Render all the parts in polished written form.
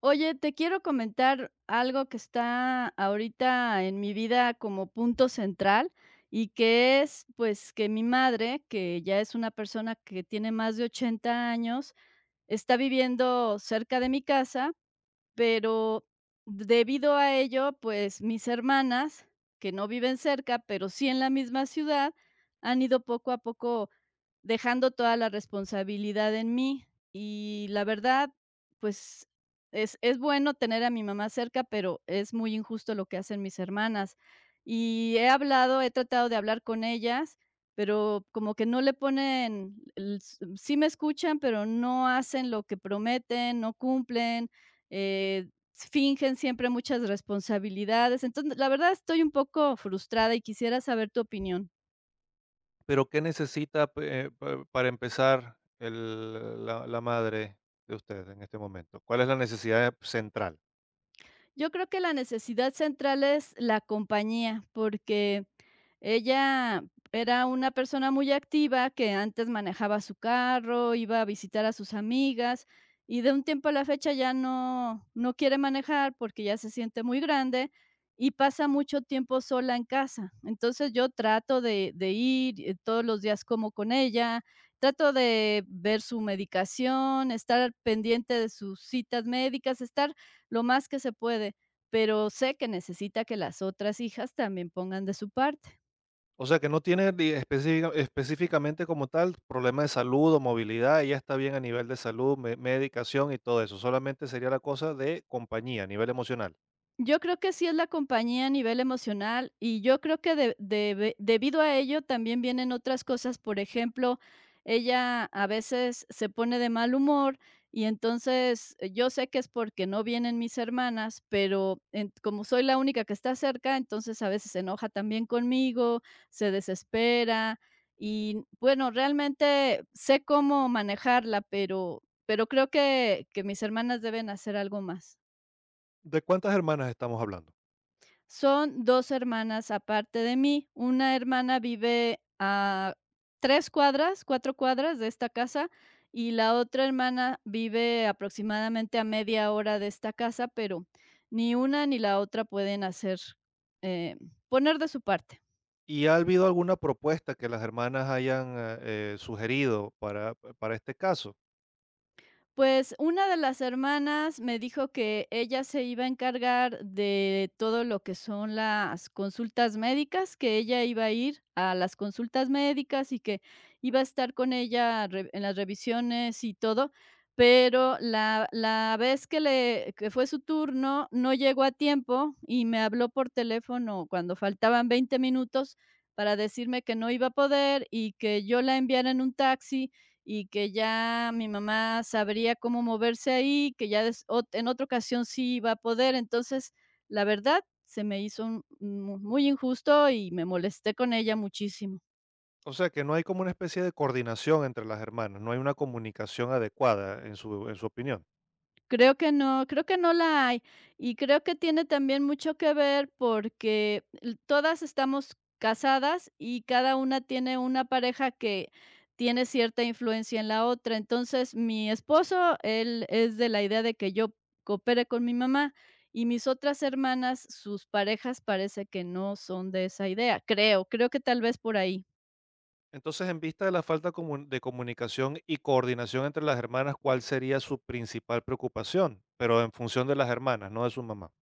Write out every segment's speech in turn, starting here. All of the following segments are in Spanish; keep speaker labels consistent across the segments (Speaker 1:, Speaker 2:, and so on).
Speaker 1: Oye, te quiero comentar algo que está ahorita en mi vida como punto central y que es, pues, que mi madre, que ya es una persona que tiene más de 80 años, está viviendo cerca de mi casa, pero debido a ello, pues, mis hermanas, que no viven cerca, pero sí en la misma ciudad, han ido poco a poco dejando toda la responsabilidad en mí. Y la verdad, pues, es bueno tener a mi mamá cerca, pero es muy injusto lo que hacen mis hermanas. Y he hablado, he tratado de hablar con ellas, pero como que no le ponen el s sí me escuchan, pero no hacen lo que prometen, no cumplen, fingen siempre muchas responsabilidades. Entonces, la verdad estoy un poco frustrada y quisiera saber tu opinión.
Speaker 2: Pero, ¿qué necesita, pe pa para empezar, el la la madre de usted en este momento? ¿Cuál es la necesidad central?
Speaker 1: Yo creo que la necesidad central es la compañía, porque ella era una persona muy activa que antes manejaba su carro, iba a visitar a sus amigas y de un tiempo a la fecha ya no, no quiere manejar porque ya se siente muy grande y pasa mucho tiempo sola en casa. Entonces yo trato de ir todos los días como con ella, trato de ver su medicación, estar pendiente de sus citas médicas, estar lo más que se puede, pero sé que necesita que las otras hijas también pongan de su parte.
Speaker 2: O sea, que no tiene di específica específicamente como tal problema de salud o movilidad, ella está bien a nivel de salud, me medicación y todo eso, solamente sería la cosa de compañía, a nivel emocional.
Speaker 1: Yo creo que sí es la compañía a nivel emocional y yo creo que de debe debido a ello también vienen otras cosas. Por ejemplo, ella a veces se pone de mal humor y entonces, yo sé que es porque no vienen mis hermanas, pero en como soy la única que está cerca, entonces a veces se enoja también conmigo, se desespera y bueno, realmente sé cómo manejarla, pero creo que mis hermanas deben hacer algo más.
Speaker 2: ¿De cuántas hermanas estamos hablando?
Speaker 1: Son 2 hermanas aparte de mí. Una hermana vive a 3 cuadras, 4 cuadras de esta casa, y la otra hermana vive aproximadamente a media hora de esta casa, pero ni una ni la otra pueden hacer, eh, poner de su parte.
Speaker 2: ¿Y ha habido alguna propuesta que las hermanas hayan, sugerido para este caso?
Speaker 1: Pues una de las hermanas me dijo que ella se iba a encargar de todo lo que son las consultas médicas, que ella iba a ir a las consultas médicas y que iba a estar con ella en las revisiones y todo, pero la vez que, que fue su turno no llegó a tiempo y me habló por teléfono cuando faltaban 20 minutos para decirme que no iba a poder y que yo la enviara en un taxi y que ya mi mamá sabría cómo moverse ahí, que ya des ot en otra ocasión sí iba a poder. Entonces, la verdad, se me hizo un mu muy injusto y me molesté con ella muchísimo.
Speaker 2: O sea, que no hay como una especie de coordinación entre las hermanas, no hay una comunicación adecuada, en su opinión.
Speaker 1: Creo que no la hay. Y creo que tiene también mucho que ver porque todas estamos casadas y cada una tiene una pareja que tiene cierta influencia en la otra. Entonces, mi esposo, él es de la idea de que yo coopere con mi mamá y mis otras hermanas, sus parejas parece que no son de esa idea. Creo, creo que tal vez por ahí.
Speaker 2: Entonces, en vista de la falta de comunicación y coordinación entre las hermanas, ¿cuál sería su principal preocupación? Pero en función de las hermanas, no de su mamá.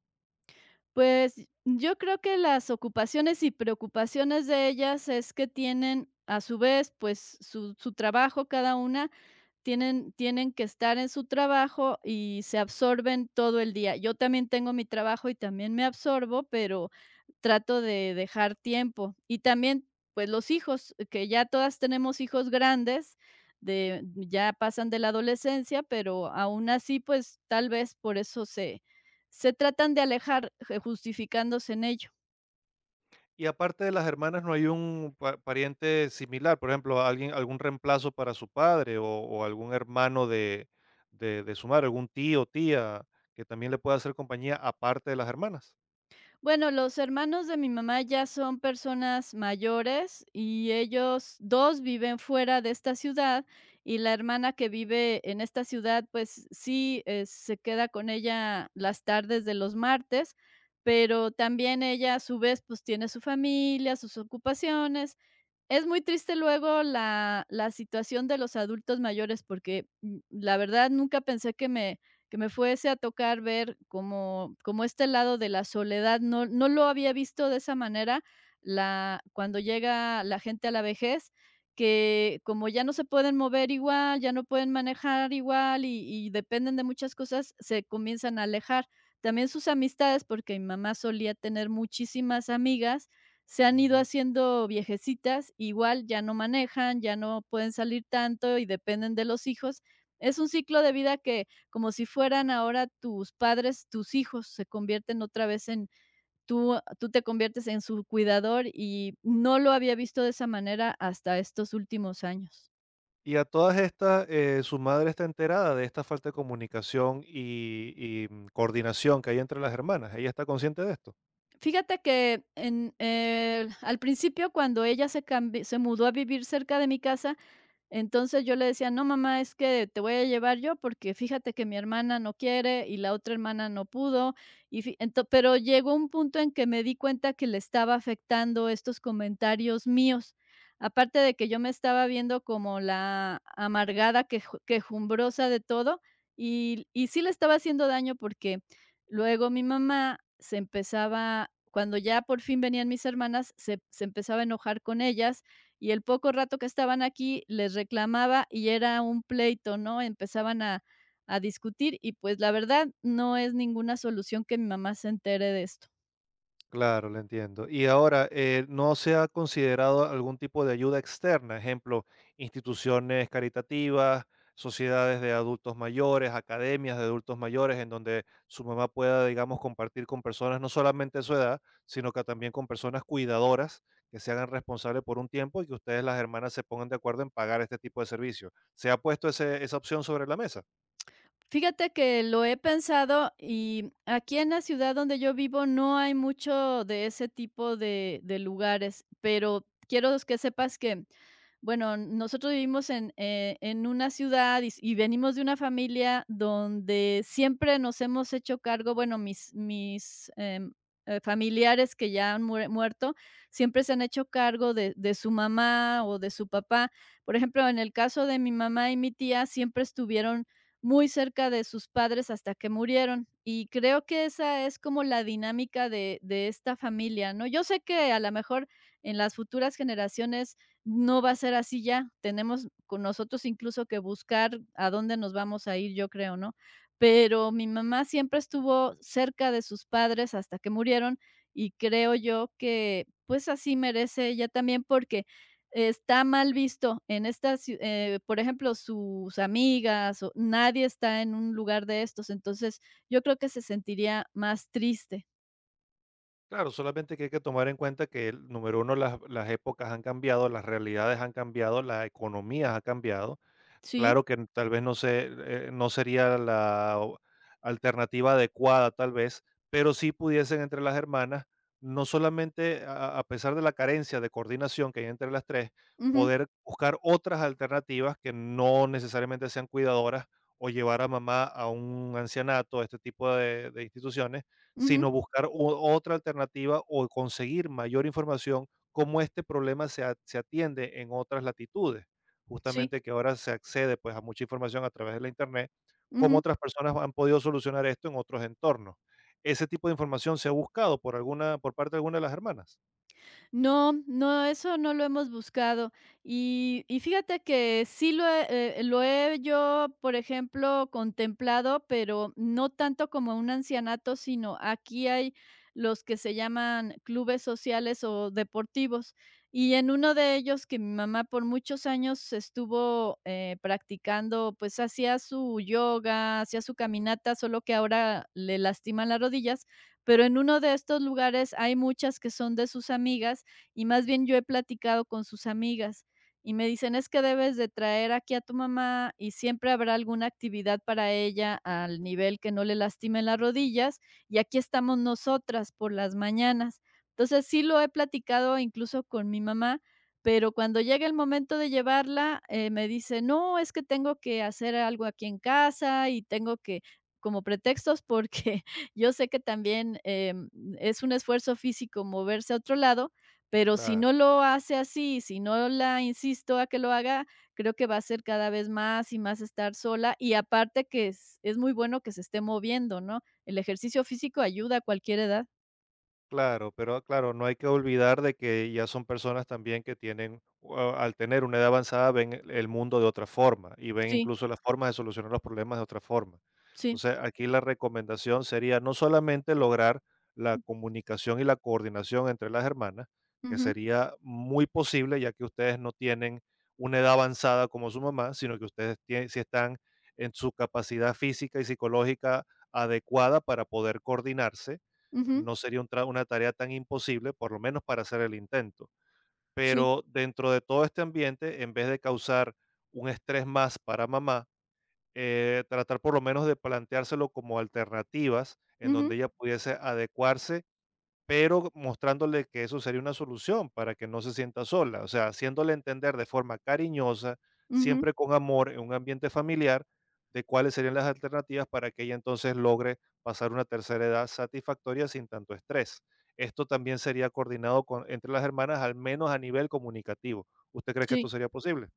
Speaker 1: Pues, yo creo que las ocupaciones y preocupaciones de ellas es que tienen, a su vez, pues, su trabajo cada una tienen que estar en su trabajo y se absorben todo el día. Yo también tengo mi trabajo y también me absorbo, pero trato de dejar tiempo. Y también, pues, los hijos, que ya todas tenemos hijos grandes, de ya pasan de la adolescencia, pero aún así, pues, tal vez por eso se tratan de alejar, justificándose en ello.
Speaker 2: Y aparte de las hermanas, ¿no hay un pariente similar? Por ejemplo, alguien, algún reemplazo para su padre o algún hermano de su madre, algún tío, tía, que también le pueda hacer compañía aparte de las hermanas.
Speaker 1: Bueno, los hermanos de mi mamá ya son personas mayores y ellos 2 viven fuera de esta ciudad, y la hermana que vive en esta ciudad, pues sí, se queda con ella las tardes de los martes, pero también ella, a su vez, pues tiene su familia, sus ocupaciones. Es muy triste luego la situación de los adultos mayores, porque, la verdad nunca pensé que me fuese a tocar ver como como este lado de la soledad, no lo había visto de esa manera, la cuando llega la gente a la vejez, que como ya no se pueden mover igual, ya no pueden manejar igual y dependen de muchas cosas, se comienzan a alejar. También sus amistades, porque mi mamá solía tener muchísimas amigas, se han ido
Speaker 2: Ujú.
Speaker 1: haciendo viejecitas, igual ya no manejan, ya no pueden salir tanto y dependen de los hijos. Es un ciclo de vida que, como si fueran ahora tus padres, tus hijos se convierten otra vez en tú te conviertes en su cuidador y no lo había visto de esa manera hasta estos últimos años.
Speaker 2: Y a todas estas, su madre está enterada de esta falta de comunicación y coordinación que hay entre las hermanas. ¿Ella está consciente de esto?
Speaker 1: Fíjate que en, al principio, cuando ella se mudó a vivir cerca de mi casa, entonces yo le decía: "No, mamá, es que te voy a llevar yo, porque fíjate que mi hermana no quiere y la otra hermana no pudo", y fi ento pero llegó un punto en que me di cuenta que le estaba afectando estos comentarios míos. Aparte de que yo me estaba viendo como la amargada, quejumbrosa de todo, y sí le estaba haciendo daño, porque luego mi mamá se empezaba cuando ya por fin venían mis hermanas, se empezaba a enojar con ellas y el poco rato que estaban aquí les reclamaba y era un pleito, ¿no? Empezaban a discutir y, pues, la verdad, no es ninguna solución que mi mamá se entere de esto.
Speaker 2: Claro, lo entiendo. Y ahora, ¿no se ha considerado algún tipo de ayuda externa? Ejemplo, instituciones caritativas, sociedades de adultos mayores, academias de adultos mayores, en donde su mamá pueda, digamos, compartir con personas no solamente de su edad, sino que también con personas cuidadoras que se hagan responsables por un tiempo y que ustedes, las hermanas, se pongan de acuerdo en pagar este tipo de servicio. ¿Se ha puesto esa opción sobre la mesa?
Speaker 1: Fíjate que lo he pensado y aquí en la ciudad donde yo vivo no hay mucho de ese tipo de lugares, pero quiero que sepas que, bueno, nosotros vivimos en una ciudad y, y venimos de una familia donde siempre nos hemos hecho cargo, bueno, mis familiares que ya han muerto, siempre se han hecho cargo de su mamá o de su papá. Por ejemplo, en el caso de mi mamá y mi tía, siempre estuvieron muy cerca de sus padres hasta que murieron. Y creo que esa es como la dinámica de esta familia, ¿no? Yo sé que a lo mejor en las futuras generaciones no va a ser así ya. Tenemos con nosotros incluso que buscar a dónde nos vamos a ir, yo creo, ¿no? Pero mi mamá siempre estuvo cerca de sus padres hasta que murieron y creo yo que pues así merece ella también porque está mal visto. En estas ciu por ejemplo, sus amigas o nadie está en un lugar de estos, entonces, yo creo que se sentiría más triste.
Speaker 2: Claro, solamente que hay que tomar en cuenta que, el, número uno, las épocas han cambiado, las realidades han cambiado, las economías han cambiado.
Speaker 1: Sí,
Speaker 2: Claro que n tal vez no se no sería la o alternativa adecuada, tal vez, pero sí pudiesen entre las hermanas, no solamente a pesar de la carencia de coordinación que hay entre las 3,
Speaker 1: ujú,
Speaker 2: poder buscar otras alternativas que no necesariamente sean cuidadoras o llevar a mamá a un ancianato, este tipo de instituciones,
Speaker 1: ujú,
Speaker 2: sino buscar o otra alternativa o conseguir mayor información, cómo este problema se atiende en otras latitudes
Speaker 1: sí,
Speaker 2: justamente que ahora se accede, pues, a mucha información a través de la Internet, cómo
Speaker 1: ujú.
Speaker 2: otras personas han podido solucionar esto en otros entornos. ¿Ese tipo de información se ha buscado por parte de alguna de las hermanas?
Speaker 1: No, no, eso no lo hemos buscado. Y fíjate que sí lo he yo, por ejemplo, contemplado, pero no tanto como un ancianato, sino aquí hay los que se llaman clubes sociales o deportivos. Y en uno de ellos que mi mamá por muchos años estuvo practicando, pues hacía su yoga, hacía su caminata, solo que ahora le lastiman las rodillas, pero en uno de estos lugares hay muchas que son de sus amigas y más bien yo he platicado con sus amigas y me dicen, es que debes de traer aquí a tu mamá y siempre habrá alguna actividad para ella al nivel que no le lastimen las rodillas y aquí estamos nosotras por las mañanas. Entonces sí lo he platicado incluso con mi mamá, pero cuando llega el momento de llevarla, me dice, no, es que tengo que hacer algo aquí en casa y tengo que como pretextos porque yo sé que también es un esfuerzo físico moverse a otro lado, pero si
Speaker 2: La
Speaker 1: no lo hace así, si no la insisto a que lo haga, creo que va a ser cada vez más y más estar sola, y aparte que es muy bueno que se esté moviendo, ¿no? El ejercicio físico ayuda a cualquier edad.
Speaker 2: Claro, pero claro, no hay que olvidar de que ya son personas también que tienen, o al tener una edad avanzada, ven el mundo de otra forma y ven
Speaker 1: Sí,
Speaker 2: incluso las formas de solucionar los problemas de otra forma.
Speaker 1: sí.
Speaker 2: Entonces, aquí la recomendación sería no solamente lograr la comunicación y la coordinación entre las hermanas, que
Speaker 1: Ujú,
Speaker 2: sería muy posible ya que ustedes no tienen una edad avanzada como su mamá, sino que ustedes tienen, sí están en su capacidad física y psicológica adecuada para poder coordinarse
Speaker 1: ujú,
Speaker 2: no sería un tra una tarea tan imposible, por lo menos para hacer el intento.
Speaker 1: sí.
Speaker 2: Pero dentro de todo este ambiente, en vez de causar un estrés más para mamá, tratar por lo menos de planteárselo como alternativas en donde
Speaker 1: Ujú,
Speaker 2: ella pudiese adecuarse pero mostrándole que eso sería una solución para que no se sienta sola, o sea, haciéndole entender de forma cariñosa,
Speaker 1: ujú,
Speaker 2: siempre con amor, en un ambiente familiar, de cuáles serían las alternativas para que ella entonces logre pasar una tercera edad satisfactoria sin tanto estrés. Esto también sería coordinado con, entre las hermanas, al menos a nivel comunicativo. ¿Usted cree que esto
Speaker 1: sí.
Speaker 2: sería posible?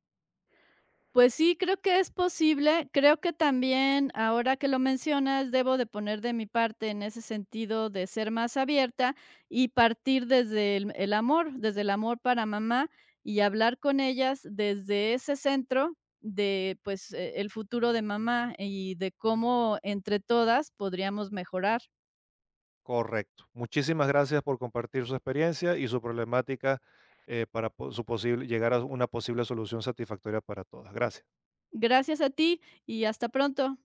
Speaker 1: Pues sí, creo que es posible. Creo que también, ahora que lo mencionas, debo de poner de mi parte en ese sentido de ser más abierta y partir desde el amor, desde el amor para mamá y hablar con ellas desde ese centro de pues el futuro de mamá y de cómo entre todas podríamos mejorar.
Speaker 2: Correcto. Muchísimas gracias por compartir su experiencia y su problemática para su posible, llegar a una posible solución satisfactoria para todas. Gracias.
Speaker 1: Gracias a ti y hasta pronto.